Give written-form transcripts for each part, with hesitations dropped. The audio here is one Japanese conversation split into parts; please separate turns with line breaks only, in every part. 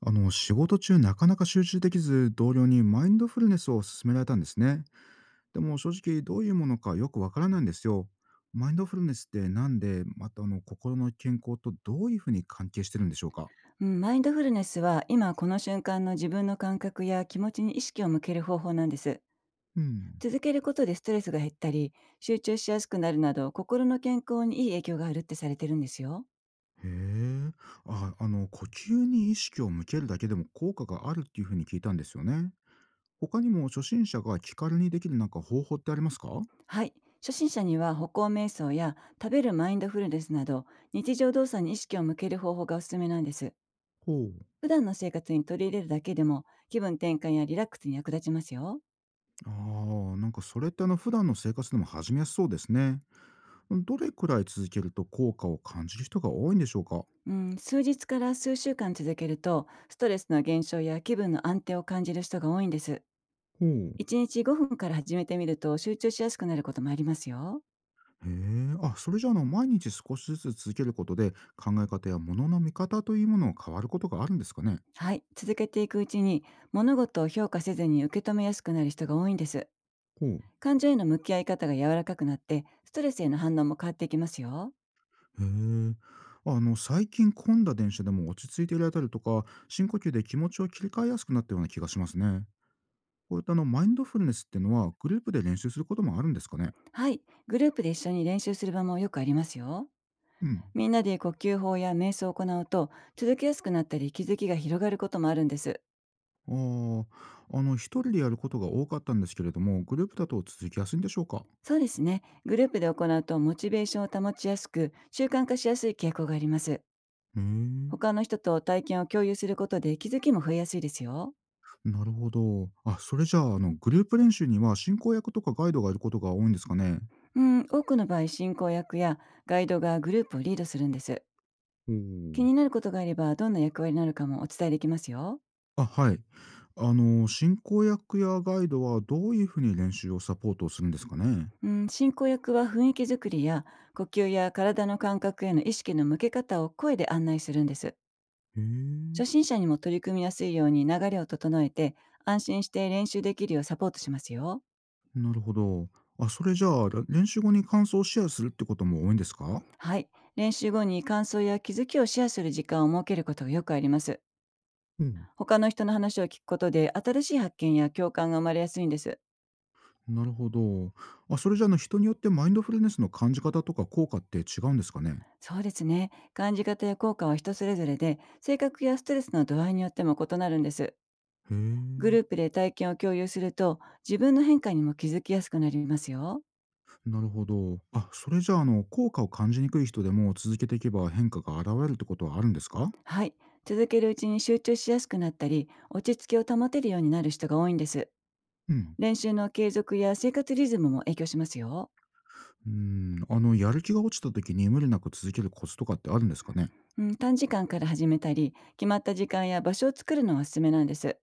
仕事中、なかなか集中できず、同僚にマインドフルネスを勧められたんですね。でも、正直どういうものかよくわからないんですよ。マインドフルネスって、なんでまた心の健康とどういうふうに関係してるんでしょうか？
うん、マインドフルネスは今この瞬間の自分の感覚や気持ちに意識を向ける方法なんです。
うん。
続けることでストレスが減ったり、集中しやすくなるなど、心の健康にいい影響があるってされてるんですよ。
へえ。あ、呼吸に意識を向けるだけでも効果があるっていうふうに聞いたんですよね。他にも、初心者が気軽にできるなんか方法ってありますか？
はい。初心者には歩行瞑想や食べるマインドフルネスなど、日常動作に意識を向ける方法がおすすめなんです。
ほう。
普段の生活に取り入れるだけでも、気分転換やリラックスに役立ちますよ。
ああ、なんかそれって普段の生活でも始めやすそうですね。どれくらい続けると効果を感じる人が多いんでしょうか？ほ
うん、数日から数週間続けると、ストレスの減少や気分の安定を感じる人が多いんです。
う。
1日5分から始めてみると、集中しやすくなることもありますよ。
へえ、あ、それじゃあ毎日少しずつ続けることで、考え方や物の見方というものを変わることがあるんですかね？
はい、続けていくうちに、物事を評価せずに受け止めやすくなる人が多いんです。
ほう。へえ。
感情への向き合い方が柔らかくなって、ストレスへの反応も変わっていきますよ。
最近混んだ電車でも落ち着いていられたりとか、深呼吸で気持ちを切り替えやすくなったような気がしますね。こういったマインドフルネスっていうのは、グループで練習することもあるんですかね？
はい、グループで一緒に練習する場もよくありますよ。
うん。
みんなで呼吸法や瞑想を行うと、続けやすくなったり、気づきが広がることもあるんです。
ああ、一人でやることが多かったんですけれども、グループだと続きやすいんでしょうか？
そうですね、グループで行うとモチベーションを保ちやすく、習慣化しやすい傾向があります。
へ
他
え。
の人と体験を共有することで、気づきも増えやすいですよ。
なるほど。あ、それじゃあ、グループ練習には進行役とかガイドがいることが多いんですかね？
うん、多くの場合、進行役やガイドがグループをリードするんです。
お
気
お。
になることがあれば、どんな役割になるかもお伝えできますよ。
あ、はい。進行役やガイドはどういうふうに練習をサポートをするんですかね？
うん、進行役は雰囲気づくりや、呼吸や体の感覚への意識の向け方を声で案内するんです。
へ
初
え、
心者にも取り組みやすいように流れを整えて、安心して練習できるようサポートしますよ。
なるほど。あ、それじゃあ、練習後に感想をシェアするってことも多いんですか？
はい。練習後に感想や気づきをシェアする時間を設けることがよくあります。
うん。
他の人の話を聞くことで、新しい発見や共感が生まれやすいんです。
なるほど。あ、それじゃあ人によってマインドフルネスの感じ方とか効果って違うんですかね？
そうですね。感じ方や効果は人それぞれで、性格やストレスの度合いによっても異なるんです。
へえ。
グループで体験を共有すると、自分の変化にも気づきやすくなりますよ。
なるほど。あ、それじゃあ、効果を感じにくい人でも続けていけば変化が現れるってことはあるんですか？
はい。続けるうちに集中しやすくなったり、落ち着きを保てるようになる人が多いんです。
うん。
練習の継続や生活リズムも影響しますよ。
うん、やる気が落ちた時に無理なく続けるコツとかってあるんですかね？
うん、短時間から始めたり、決まった時間や場所を作るのがおすすめなんです。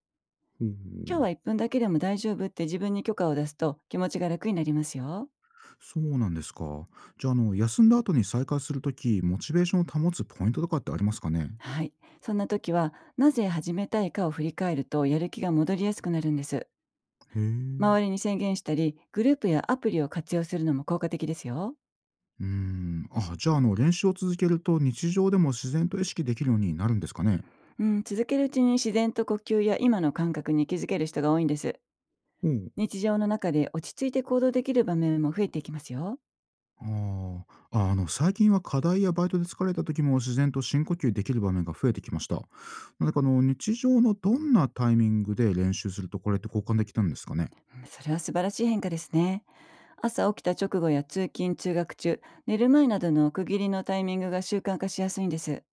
ほ
今日は
う。
1分だけでも大丈夫って自分に許可を出すと、気持ちが楽になりますよ。
そうなんですか。じゃあ、休んだ後に再開するとき、モチベーションを保つポイントとかってありますかね？
はい。そんな時は、なぜ始めたいかを振り返ると、やる気が戻りやすくなるんです。
へえ。
周
う
りに宣言したり、グループやアプリを活用するのも効果的ですよ。
ん。あ、じゃあ、練習を続けると日常でも自然と意識できるようになるんですかね？
うん、続けるうちに自然と呼吸や今の感覚に気づける人が多いんです。
おう。
日常の中で落ち着いて行動できる場面も増えていきますよ。
ああ、最近は課題やバイトで疲れた時も自然と深呼吸できる場面が増えてきました。なんか日常のどんなタイミングで練習するとこれって交換できたんですかね？
うん、それは素晴らしい変化ですね。朝起きた直後や通勤・通学中、寝る前などの区切りのタイミングが習慣化しやすいんです。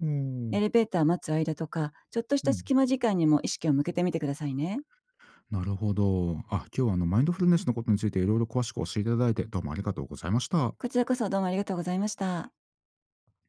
お
エ
ー。
レベーター待つ間とか、ちょっとし
う
た
ん。
隙間時間にも意識を向けてみてくださいね。
なるほど。あ、今日はマインドフルネスのことについていろいろ詳しく教えていただいて、どうもありがとうございました。
こちらこそどうもありがとうございました。